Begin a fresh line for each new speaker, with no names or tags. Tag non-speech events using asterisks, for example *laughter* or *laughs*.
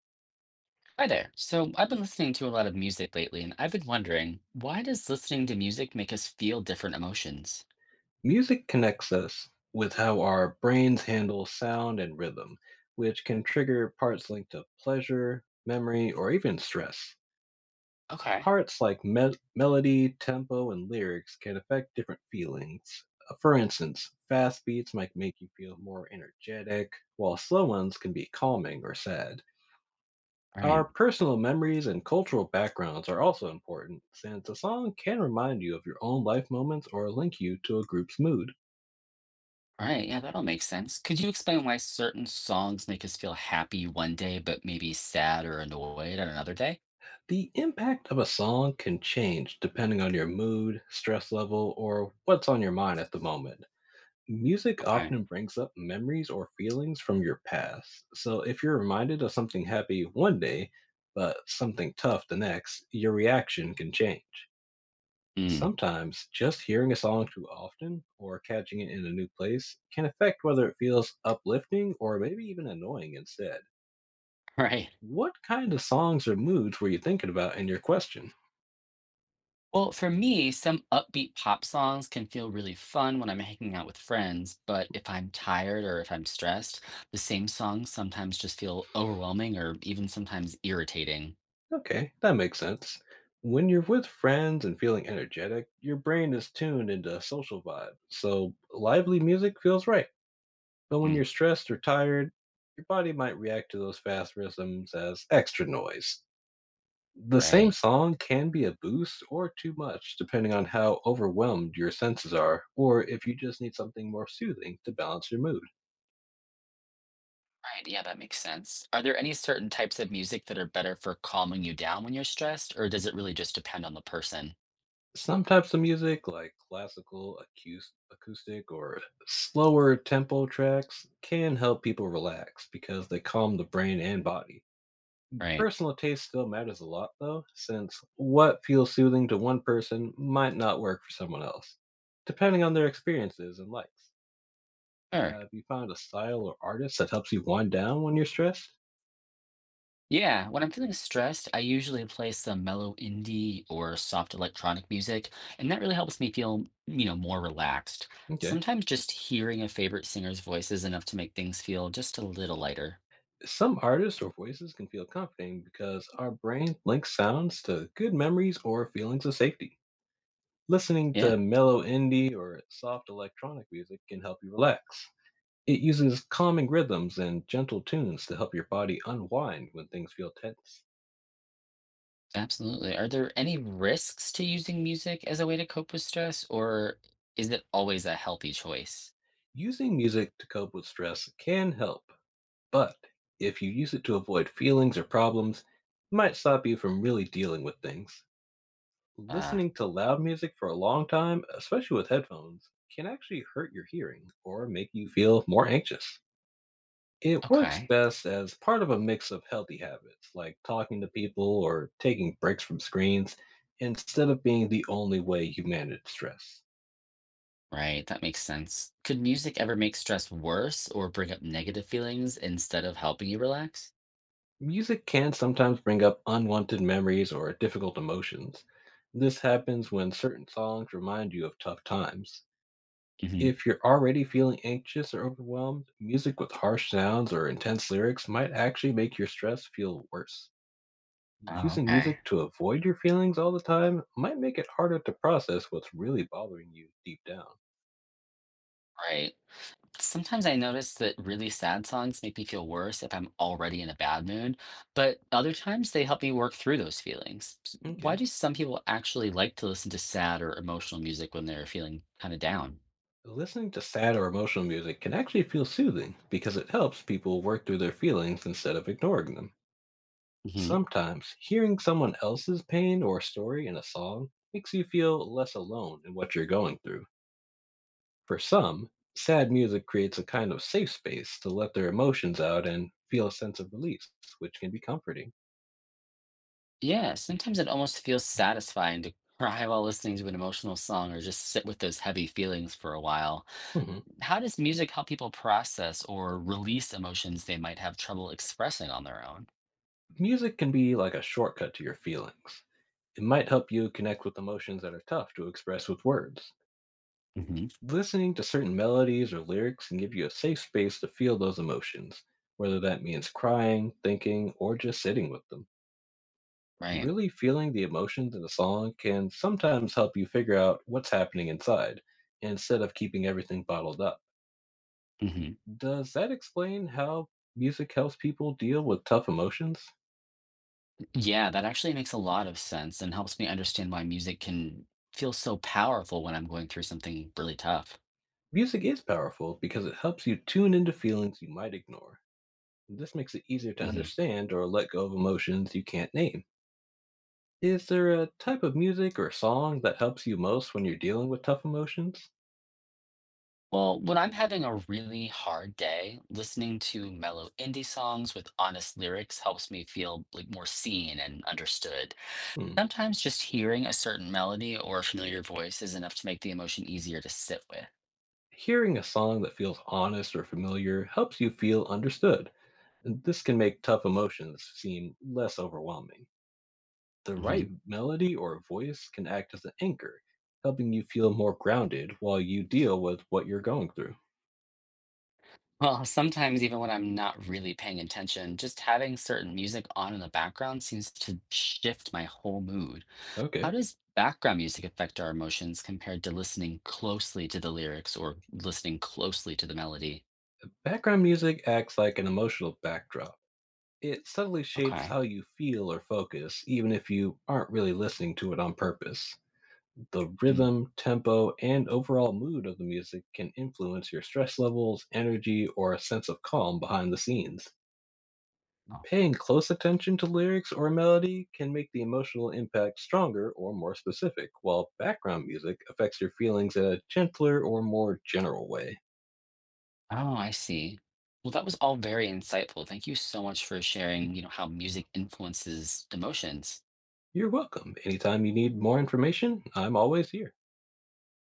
Hi there. So I've been listening to a lot of music lately, and I've been wondering, why does listening to music make us feel different emotions?
Music connects us with how our brains handle sound and rhythm, which can trigger parts linked to pleasure, memory, or even stress.
Okay.
Parts like melody, tempo, and lyrics can affect different feelings. For instance, fast beats might make you feel more energetic, while slow ones can be calming or sad.
All
Our
right.
personal memories and cultural backgrounds are also important, since a song can remind you of your own life moments or link you to a group's mood.
All right. Yeah, that'll make sense. Could you explain why certain songs make us feel happy one day, but maybe sad or annoyed on another day?
The impact of a song can change depending on your mood, stress level, or what's on your mind at the moment. Music
Okay.
often brings up memories or feelings from your past. So if you're reminded of something happy one day, but something tough the next, your reaction can change.
Hmm. *laughs*
Sometimes just hearing a song too often or catching it in a new place can affect whether it feels uplifting or maybe even annoying instead.
Right.
What kind of songs or moods were you thinking about in your question?
Well, for me, some upbeat pop songs can feel really fun when I'm hanging out with friends, but if I'm tired or if I'm stressed, the same songs sometimes just feel overwhelming or even sometimes irritating.
Okay, that makes sense. When you're with friends and feeling energetic, your brain is tuned into a social vibe, so lively music feels right. But when
Hmm.
you're stressed or tired, your body might react to those fast rhythms as extra noise. The same
Right.
song can be a boost or too much, depending on how overwhelmed your senses are, or if you just need something more soothing to balance your mood.
Right. Yeah, that makes sense. Are there any certain types of music that are better for calming you down when you're stressed, or does it really just depend on the person?
Some types of music, like classical, acoustic, or slower tempo tracks, can help people relax because they calm the brain and body.
Right.
Personal taste still matters a lot, though, since what feels soothing to one person might not work for someone else, depending on their experiences and likes.
Sure.
Have you found a style or artist that helps you wind down when you're stressed?
Yeah, when I'm feeling stressed, I usually play some mellow indie or soft electronic music, and that really helps me feel more relaxed.
Okay.
Sometimes just hearing a favorite singer's voice is enough to make things feel just a little lighter.
Some artists or voices can feel comforting because our brain links sounds to good memories or feelings of safety. Listening to
Yeah,
mellow indie or soft electronic music can help you relax. It uses calming rhythms and gentle tunes to help your body unwind when things feel tense.
absolutely. Are there any risks to using music as a way to cope with stress, or is it always a healthy choice?
Using music to cope with stress can help, but if you use it to avoid feelings or problems, it might stop you from really dealing with things.
Uh,
Listening to loud music for a long time, especially with headphones, can actually hurt your hearing or make you feel more anxious. It works
okay.
best as part of a mix of healthy habits, like talking to people or taking breaks from screens, instead of being the only way you manage stress.
Right. That makes sense. Could music ever make stress worse or bring up negative feelings instead of helping you relax?
Music can sometimes bring up unwanted memories or difficult emotions. This happens when certain songs remind you of tough times.
Hmm.
If you're already feeling anxious or overwhelmed, music with harsh sounds or intense lyrics might actually make your stress feel worse.
Oh,
Using
okay.
music to avoid your feelings all the time might make it harder to process what's really bothering you deep down.
Right. Sometimes I notice that really sad songs make me feel worse if I'm already in a bad mood, but other times they help me work through those feelings. Why
Okay.
do some people actually like to listen to sad or emotional music when they're feeling kind of down?
Listening to sad or emotional music can actually feel soothing because it helps people work through their feelings instead of ignoring them. Sometimes, hearing someone else's pain or story in a song makes you feel less alone in what you're going through. For some, sad music creates a kind of safe space to let their emotions out and feel a sense of release, which can be comforting.
Yeah, sometimes it almost feels satisfying to cry while listening to an emotional song or just sit with those heavy feelings for a while.
Mhm.
How does music help people process or release emotions they might have trouble expressing on their own?
Music can be like a shortcut to your feelings. It might help you connect with emotions that are tough to express with words.
Hmm.
Listening to certain melodies or lyrics can give you a safe space to feel those emotions, whether that means crying, thinking, or just sitting with them.
Right.
Really feeling the emotions in a song can sometimes help you figure out what's happening inside instead of keeping everything bottled up.
Hmm.
Does that explain how music helps people deal with tough emotions?
Yeah, that actually makes a lot of sense and helps me understand why music can feel so powerful when I'm going through something really tough.
Music is powerful because it helps you tune into feelings you might ignore. This makes it easier to
Hmm.
understand or let go of emotions you can't name. Is there a type of music or song that helps you most when you're dealing with tough emotions?
Well, when I'm having a really hard day, listening to mellow indie songs with honest lyrics helps me feel like more seen and understood.
Hmm.
Sometimes just hearing a certain melody or a familiar voice is enough to make the emotion easier to sit with.
Hearing a song that feels honest or familiar helps you feel understood, and this can make tough emotions seem less overwhelming. The right
Mhm. *laughs*
melody or voice can act as an anchor, helping you feel more grounded while you deal with what you're going through.
Well, sometimes even when I'm not really paying attention, just having certain music on in the background seems to shift my whole mood. How
Okay.
does background music affect our emotions compared to listening closely to the lyrics or listening closely to the melody?
Background music acts like an emotional backdrop. It subtly shapes
Okay.
how you feel or focus, even if you aren't really listening to it on purpose. The rhythm, tempo, and overall mood of the music can influence your stress levels, energy, or a sense of calm behind the scenes.
Oh,
Paying close attention to lyrics or melody can make the emotional impact stronger or more specific, while background music affects your feelings in a gentler or more general way.
oh, I see. Well, that was all very insightful. Thank you so much for sharing how music influences emotions.
You're welcome. Anytime you need more information, I'm always here.